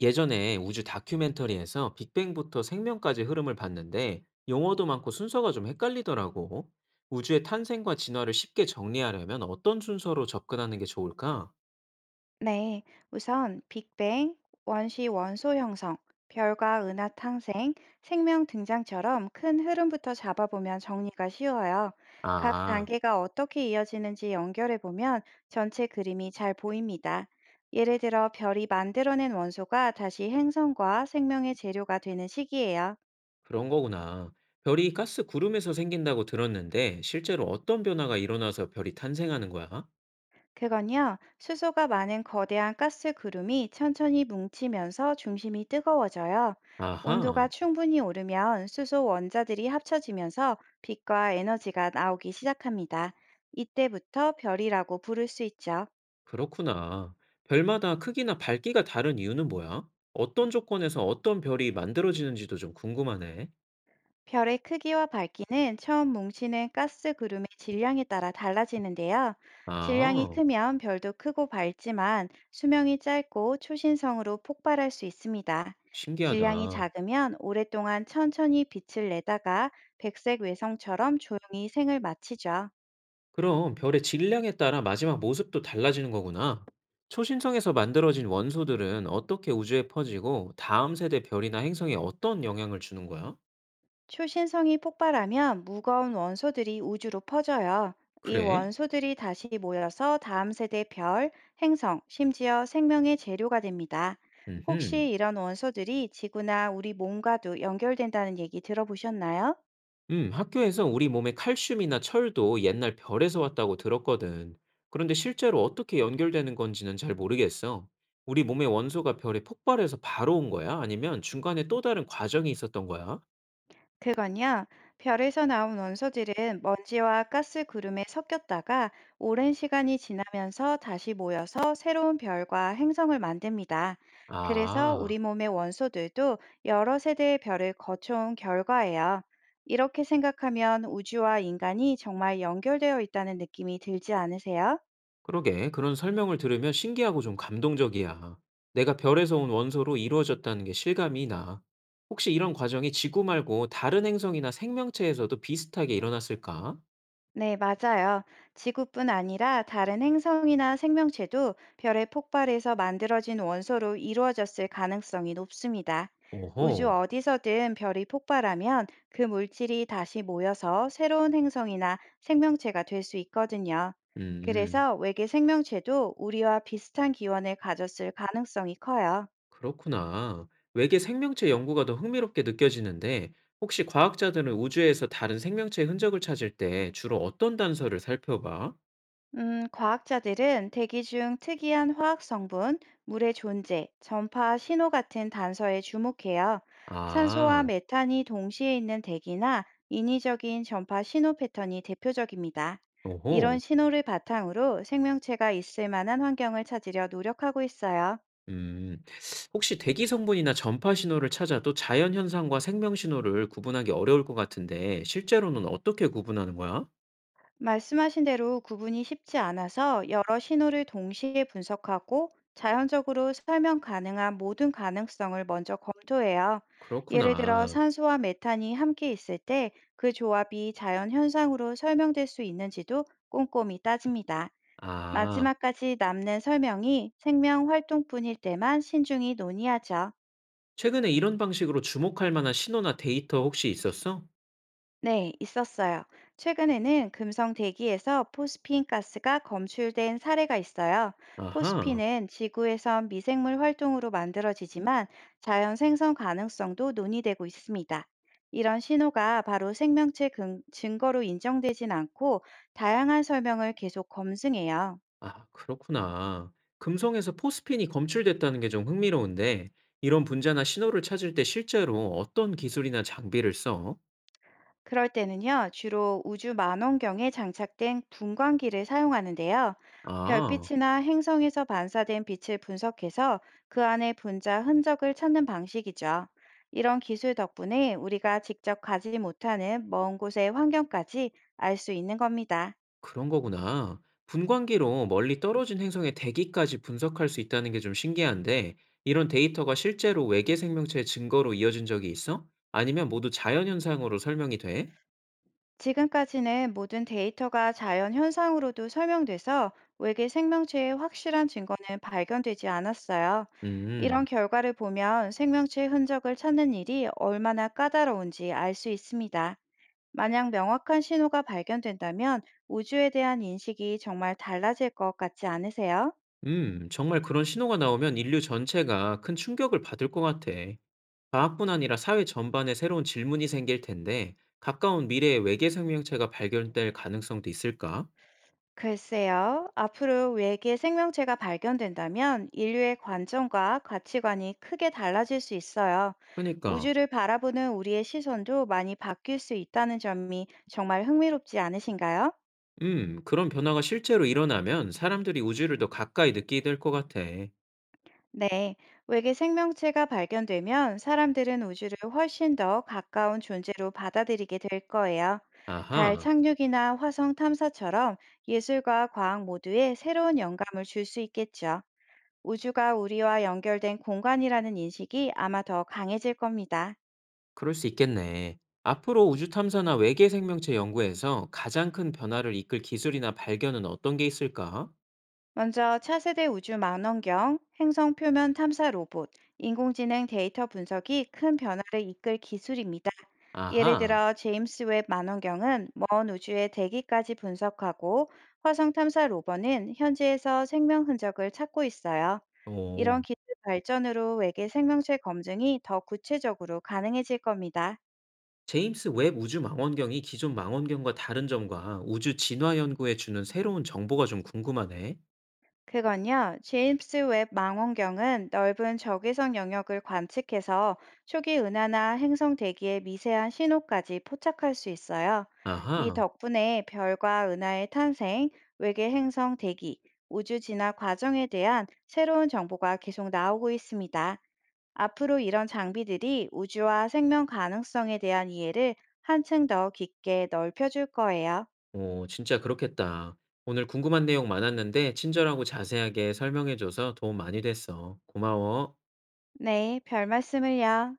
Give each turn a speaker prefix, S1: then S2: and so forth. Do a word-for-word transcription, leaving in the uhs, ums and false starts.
S1: 예전에 우주 다큐멘터리에서 빅뱅부터 생명까지 흐름을 봤는데 용어도 많고 순서가 좀 헷갈리더라고. 우주의 탄생과 진화를 쉽게 정리하려면 어떤 순서로 접근하는 게 좋을까?
S2: 네, 우선 빅뱅, 원시 원소 형성, 별과 은하 탄생, 생명 등장처럼 큰 흐름부터 잡아보면 정리가 쉬워요. 각
S1: 아,
S2: 단계가 어떻게 이어지는지 연결해보면 전체 그림이 잘 보입니다. 예를 들어 별이 만들어낸 원소가 다시 행성과 생명의 재료가 되는 시기예요.
S1: 그런 거구나. 별이 가스 구름에서 생긴다고 들었는데 실제로 어떤 변화가 일어나서 별이 탄생하는 거야?
S2: 그건요, 수소가 많은 거대한 가스 구름이 천천히 뭉치면서 중심이 뜨거워져요. 온도가
S1: 아하,
S2: 충분히 오르면 수소 원자들이 합쳐지면서 빛과 에너지가 나오기 시작합니다. 이때부터 별이라고 부를 수 있죠.
S1: 그렇구나. 별마다 크기나 밝기가 다른 이유는 뭐야? 어떤 조건에서 어떤 별이 만들어지는지도 좀 궁금하네.
S2: 별의 크기와 밝기는 처음 뭉치는 가스 구름의 질량에 따라 달라지는데요. 질량이
S1: 아.
S2: 크면 별도 크고 밝지만 수명이 짧고 초신성으로 폭발할 수 있습니다. 질량이
S1: 신기하다.
S2: 작으면 오랫동안 천천히 빛을 내다가 백색 외성처럼 조용히 생을 마치죠.
S1: 그럼 별의 질량에 따라 마지막 모습도 달라지는 거구나. 초신성에서 만들어진 원소들은 어떻게 우주에 퍼지고 다음 세대 별이나 행성에 어떤 영향을 주는 거야?
S2: 초신성이 폭발하면 무거운 원소들이 우주로 퍼져요. 이
S1: 그래?
S2: 원소들이 다시 모여서 다음 세대 별, 행성, 심지어 생명의 재료가 됩니다.
S1: 음흠.
S2: 혹시 이런 원소들이 지구나 우리 몸과도 연결된다는 얘기 들어보셨나요?
S1: 음, 학교에서 우리 몸에 칼슘이나 철도 옛날 별에서 왔다고 들었거든. 그런데 실제로 어떻게 연결되는 건지는 잘 모르겠어. 우리 몸의 원소가 별에 폭발해서 바로 온 거야? 아니면 중간에 또 다른 과정이 있었던 거야?
S2: 그건요, 별에서 나온 원소들은 먼지와 가스 구름에 섞였다가 오랜 시간이 지나면서 다시 모여서 새로운 별과 행성을 만듭니다. 그래서
S1: 아.
S2: 우리 몸의 원소들도 여러 세대의 별을 거쳐온 결과예요. 이렇게 생각하면 우주와 인간이 정말 연결되어 있다는 느낌이 들지 않으세요?
S1: 그러게, 그런 설명을 들으면 신기하고 좀 감동적이야. 내가 별에서 온 원소로 이루어졌다는 게 실감이 나. 혹시 이런 과정이 지구 말고 다른 행성이나 생명체에서도 비슷하게 일어났을까?
S2: 네, 맞아요. 지구뿐 아니라 다른 행성이나 생명체도 별의 폭발에서 만들어진 원소로 이루어졌을 가능성이 높습니다. 우주
S1: 오호,
S2: 어디서든 별이 폭발하면 그 물질이 다시 모여서 새로운 행성이나 생명체가 될 수 있거든요.
S1: 음,
S2: 그래서 외계 생명체도 우리와 비슷한 기원을 가졌을 가능성이 커요.
S1: 그렇구나. 외계 생명체 연구가 더 흥미롭게 느껴지는데, 혹시 과학자들은 우주에서 다른 생명체의 흔적을 찾을 때 주로 어떤 단서를 살펴봐?
S2: 음, 과학자들은 대기 중 특이한 화학 성분, 물의 존재, 전파 신호 같은 단서에 주목해요. 산소와
S1: 아,
S2: 메탄이 동시에 있는 대기나 인위적인 전파 신호 패턴이 대표적입니다. 이런
S1: 오호.
S2: 신호를 바탕으로 생명체가 있을 만한 환경을 찾으려 노력하고 있어요.
S1: 음. 혹시 대기 성분이나 전파 신호를 찾아도 자연 현상과 생명 신호를 구분하기 어려울 것 같은데 실제로는 어떻게 구분하는 거야?
S2: 말씀하신 대로 구분이 쉽지 않아서 여러 신호를 동시에 분석하고 자연적으로 설명 가능한 모든 가능성을 먼저 검토해요. 예를 들어
S1: 그렇구나.
S2: 산소와 메탄이 함께 있을 때 그 조합이 자연 현상으로 설명될 수 있는지도 꼼꼼히 따집니다.
S1: 아,
S2: 마지막까지 남는 설명이 생명 활동뿐일 때만 신중히 논의하죠.
S1: 최근에 이런 방식으로 주목할 만한 신호나 데이터 혹시 있었어?
S2: 네, 있었어요. 최근에는 금성 대기에서 포스핀 가스가 검출된 사례가 있어요.
S1: 아하.
S2: 포스핀은 지구에선 미생물 활동으로 만들어지지만 자연 생성 가능성도 논의되고 있습니다. 이런 신호가 바로 생명체 근- 증거로 인정되진 않고 다양한 설명을 계속 검증해요.
S1: 아, 그렇구나. 금성에서 포스핀이 검출됐다는 게 좀 흥미로운데 이런 분자나 신호를 찾을 때 실제로 어떤 기술이나 장비를 써?
S2: 그럴 때는요, 주로 우주 만원경에 장착된 분광기를 사용하는데요.
S1: 아.
S2: 별빛이나 행성에서 반사된 빛을 분석해서 그 안에 분자 흔적을 찾는 방식이죠. 이런 기술 덕분에 우리가 직접 가지 못하는 먼 곳의 환경까지 알 수 있는 겁니다.
S1: 그런 거구나. 분광기로 멀리 떨어진 행성의 대기까지 분석할 수 있다는 게 좀 신기한데, 이런 데이터가 실제로 외계 생명체의 증거로 이어진 적이 있어? 아니면 모두 자연현상으로 설명이 돼?
S2: 지금까지는 모든 데이터가 자연 현상으로도 설명돼서 외계 생명체의 확실한 증거는 발견되지 않았어요. 이런
S1: 음,
S2: 결과를 보면 생명체의 흔적을 찾는 일이 얼마나 까다로운지 알 수 있습니다. 만약 명확한 신호가 발견된다면 우주에 대한 인식이 정말 달라질 것 같지 않으세요?
S1: 음, 정말 그런 신호가 나오면 인류 전체가 큰 충격을 받을 것 같아. 과학뿐 아니라 사회 전반에 새로운 질문이 생길 텐데, 가까운 미래에 외계 생명체가 발견될 가능성도 있을까?
S2: 글쎄요, 앞으로 외계 생명체가 발견된다면 인류의 관점과 가치관이 크게 달라질 수 있어요.
S1: 그러니까.
S2: 우주를 바라보는 우리의 시선도 많이 바뀔 수 있다는 점이 정말 흥미롭지 않으신가요?
S1: 음, 그런 변화가 실제로 일어나면 사람들이 우주를 더 가까이 느끼게 될 것 같아.
S2: 네, 외계 생명체가 발견되면 사람들은 우주를 훨씬 더 가까운 존재로 받아들이게 될 거예요. 달
S1: 아하,
S2: 착륙이나 화성 탐사처럼 예술과 과학 모두에 새로운 영감을 줄 수 있겠죠. 우주가 우리와 연결된 공간이라는 인식이 아마 더 강해질 겁니다.
S1: 그럴 수 있겠네. 앞으로 우주 탐사나 외계 생명체 연구에서 가장 큰 변화를 이끌 기술이나 발견은 어떤 게 있을까?
S2: 먼저 차세대 우주 망원경, 행성 표면 탐사 로봇, 인공지능 데이터 분석이 큰 변화를 이끌 기술입니다. 예를
S1: 아하,
S2: 들어 제임스 웹 망원경은 먼 우주의 대기까지 분석하고 화성 탐사 로봇은 현지에서 생명 흔적을 찾고 있어요. 이런
S1: 오.
S2: 기술 발전으로 외계 생명체 검증이 더 구체적으로 가능해질 겁니다.
S1: 제임스 웹 우주 망원경이 기존 망원경과 다른 점과 우주 진화 연구에 주는 새로운 정보가 좀 궁금하네.
S2: 그건요, 제임스 웹 망원경은 넓은 적외선 영역을 관측해서 초기 은하나 행성 대기의 미세한 신호까지 포착할 수 있어요. 이
S1: 아하,
S2: 덕분에 별과 은하의 탄생, 외계 행성 대기, 우주 진화 과정에 대한 새로운 정보가 계속 나오고 있습니다. 앞으로 이런 장비들이 우주와 생명 가능성에 대한 이해를 한층 더 깊게 넓혀줄 거예요.
S1: 오, 진짜 그렇겠다. 오늘 궁금한 내용 많았는데 친절하고 자세하게 설명해줘서 도움 많이 됐어. 고마워.
S2: 네, 별 말씀을요.